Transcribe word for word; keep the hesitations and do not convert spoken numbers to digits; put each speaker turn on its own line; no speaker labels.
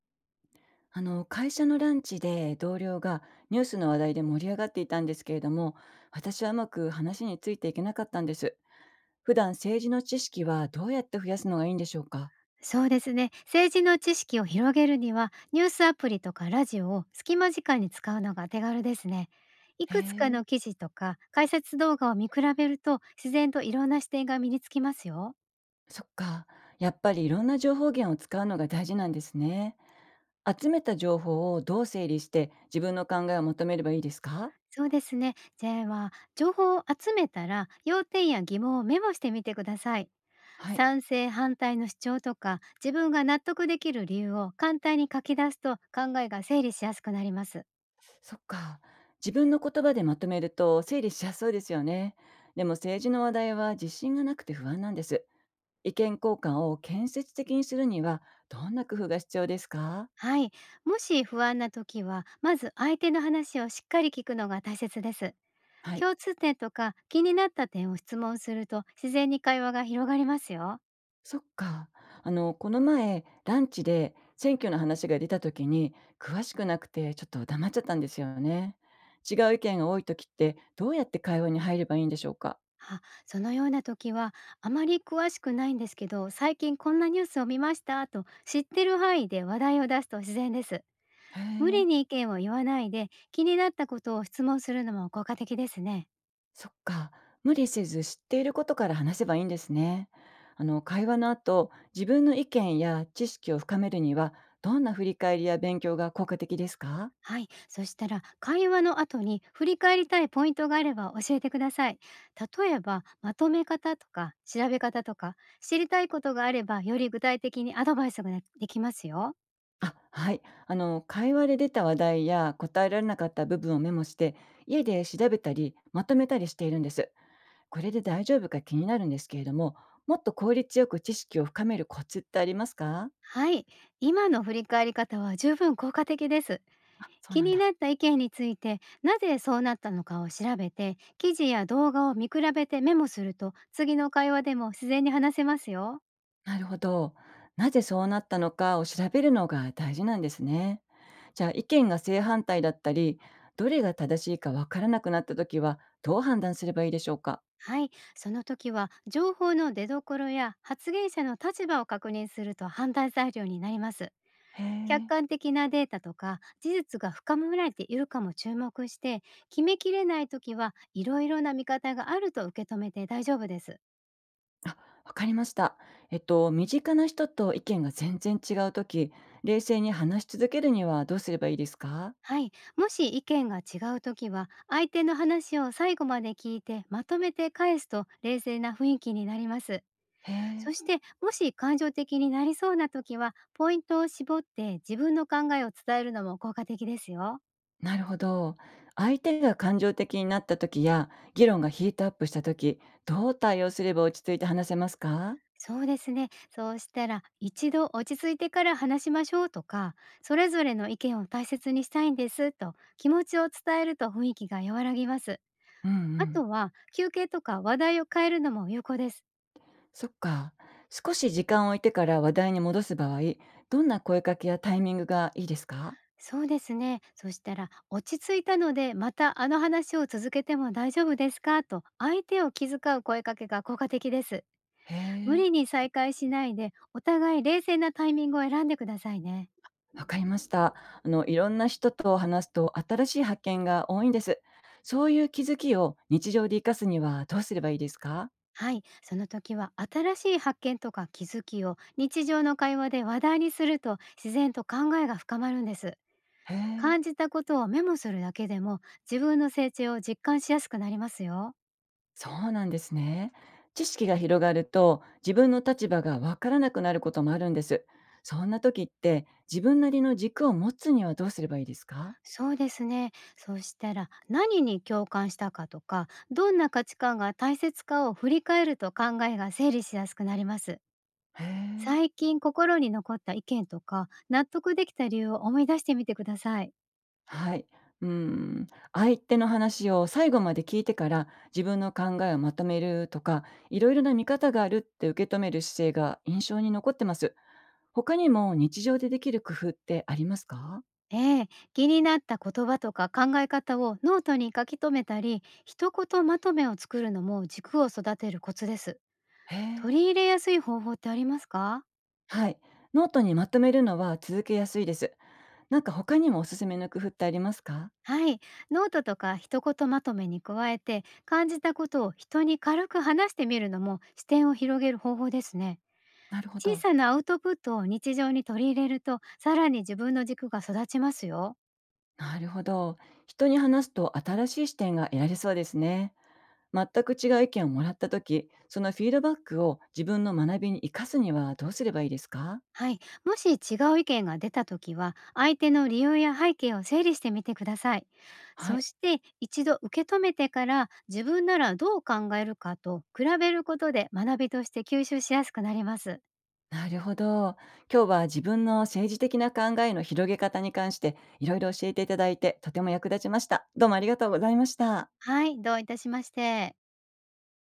あの会社のランチで同僚がニュースの話題で盛り上がっていたんですけれども、私はうまく話についていけなかったんです。普段政治の知識はどうやって増やすのがいいんでしょうか？
そうですね。政治の知識を広げるには、ニュースアプリとかラジオを隙間時間に使うのが手軽ですね。い
へ
くつか
え、
の記事とか解説動画を見比べると、自然といろんな視点が身につきますよ。
そっか。やっぱりいろんな情報源を使うのが大事なんですね。集めた情報をどう整理して自分の考えをまとめればいいですか？
そうですね。じゃあ、情報を集めたら、要点や疑問をメモしてみてください。
はい。
賛成反対の主張とか自分が納得できる理由を簡単に書き出すと考えが整理しやすくなります。
そっか、自分の言葉でまとめると整理しやすそうですよね。でも政治の話題は自信がなくて不安なんです。意見交換を建設的にするには、どんな工夫が必要ですか？
はい。もし不安な時は、まず相手の話をしっかり聞くのが大切です。
はい。
共通点とか気になった点を質問すると自然に会話が広がりますよ。
そっか。あの、この前、ランチで選挙の話が出た時に、詳しくなくてちょっと黙っちゃったんですよね。違う意見が多い時って、どうやって会話に入ればいいんでしょうか？
あ、そのような時は、あまり詳しくないんですけど、最近こんなニュースを見ましたと、知ってる範囲で話題を出すと自然です。
へ
無理
え、
に意見を言わないで、気になったことを質問するのも効果的ですね。
そっか。無理せず知っていることから話せばいいんですね。あの、会話の後、自分の意見や知識を深めるには、どんな振り返りや勉強が効果的ですか？
はい、そしたら、会話の後に振り返りたいポイントがあれば教えてください。例えば、まとめ方とか調べ方とか、知りたいことがあれば、より具体的にアドバイスができますよ。
あ、はい。あの、会話で出た話題や答えられなかった部分をメモして、家で調べたり、まとめたりしているんです。これで大丈夫か気になるんですけれども、もっと効率よく知識を深めるコツってありますか？
はい、今の振り返り方は十分効果的です。
あ、そう
気
なん
に
だ。
なった意見について、なぜそうなったのかを調べて、記事や動画を見比べてメモすると、次の会話でも自然に話せますよ。
なるほど。なぜそうなったのかを調べるのが大事なんですね。じゃあ、意見が正反対だったり、どれが正しいかわからなくなったときは、どう判断すればいいでしょうか？
はい、その時は、情報の出所や発言者の立場を確認すると判断材料になります。
へ
客
え。
観的なデータとか事実が深められているかも注目して、決めきれない時は、いろいろな見方があると受け止めて大丈夫です。
わかりました。えっと、身近な人と意見が全然違うとき、冷静に話し続けるにはどうすればいいですか？
はい。もし意見が違うときは、相手の話を最後まで聞いて、まとめて返すと冷静な雰囲気になります。
へ
そ
え、
して、もし感情的になりそうなときは、ポイントを絞って自分の考えを伝えるのも効果的ですよ。
なるほど。相手が感情的になったときや、議論がヒートアップしたとき、どう対応すれば落ち着いて話せますか？
そうですね。そうしたら、一度落ち着いてから話しましょうとか、それぞれの意見を大切にしたいんですと気持ちを伝えると、雰囲気が和らぎます。
うんう
あ
ん。
とは、休憩とか話題を変えるのも有効です。
そっか。少し時間を置いてから話題に戻す場合、どんな声かけやタイミングがいいですか？
そうですね。そしたら、落ち着いたので、またあの話を続けても大丈夫ですかと、相手を気遣う声かけが効果的です。
へ
無
え。
理に再開しないで、お互い冷静なタイミングを選んでくださいね。
わかりました。あの、いろんな人と話すと新しい発見が多いんです。そういう気づきを日常で活かすにはどうすればいいですか？
はい、その時は、新しい発見とか気づきを日常の会話で話題にすると、自然と考えが深まるんです。
へえ、
感じたことをメモするだけでも、自分の成長を実感しやすくなりますよ。
そうなんですね。知識が広がると自分の立場がわからなくなることもあるんです。そんな時って自分なりの軸を持つにはどうすればいいですか？
そうですね。そうしたら、何に共感したかとか、どんな価値観が大切かを振り返ると、考えが整理しやすくなります。
へえ。
最近心に残った意見とか、納得できた理由を思い出してみてください。
はい。うん、相手の話を最後まで聞いてから自分の考えをまとめるとか、いろいろな見方があるって受け止める姿勢が印象に残ってます。他にも日常でできる工夫ってありますか？
ええ、気になった言葉とか考え方をノートに書き留めたり、一言まとめを作るのも軸を育てるコツです。
へ
取
え。
り入れやすい方法ってありますか？
はい。ノートにまとめるのは続けやすいです。なんか他にもおすすめの工夫ってありますか？
はい。ノートとか一言まとめに加えて、感じたことを人に軽く話してみるのも視点を広げる方法ですね。
なるほ
小
ど。
さなアウトプットを日常に取り入れると、さらに自分の軸が育ちますよ。
なるほど。人に話すと新しい視点が得られそうですね。全く違う意見をもらった時、そのフィードバックを自分の学びに生かすにはどうすればいいですか？
はい。もし違う意見が出たときは、相手の理由や背景を整理してみてください。
は
そ
い、
して、一度受け止めてから、自分ならどう考えるかと比べることで、学びとして吸収しやすくなります。
なるほど。今日は自分の政治的な考えの広げ方に関していろいろ教えていただいて、とても役立ちました。どうもありがとうございました。
はい。どういたしまして。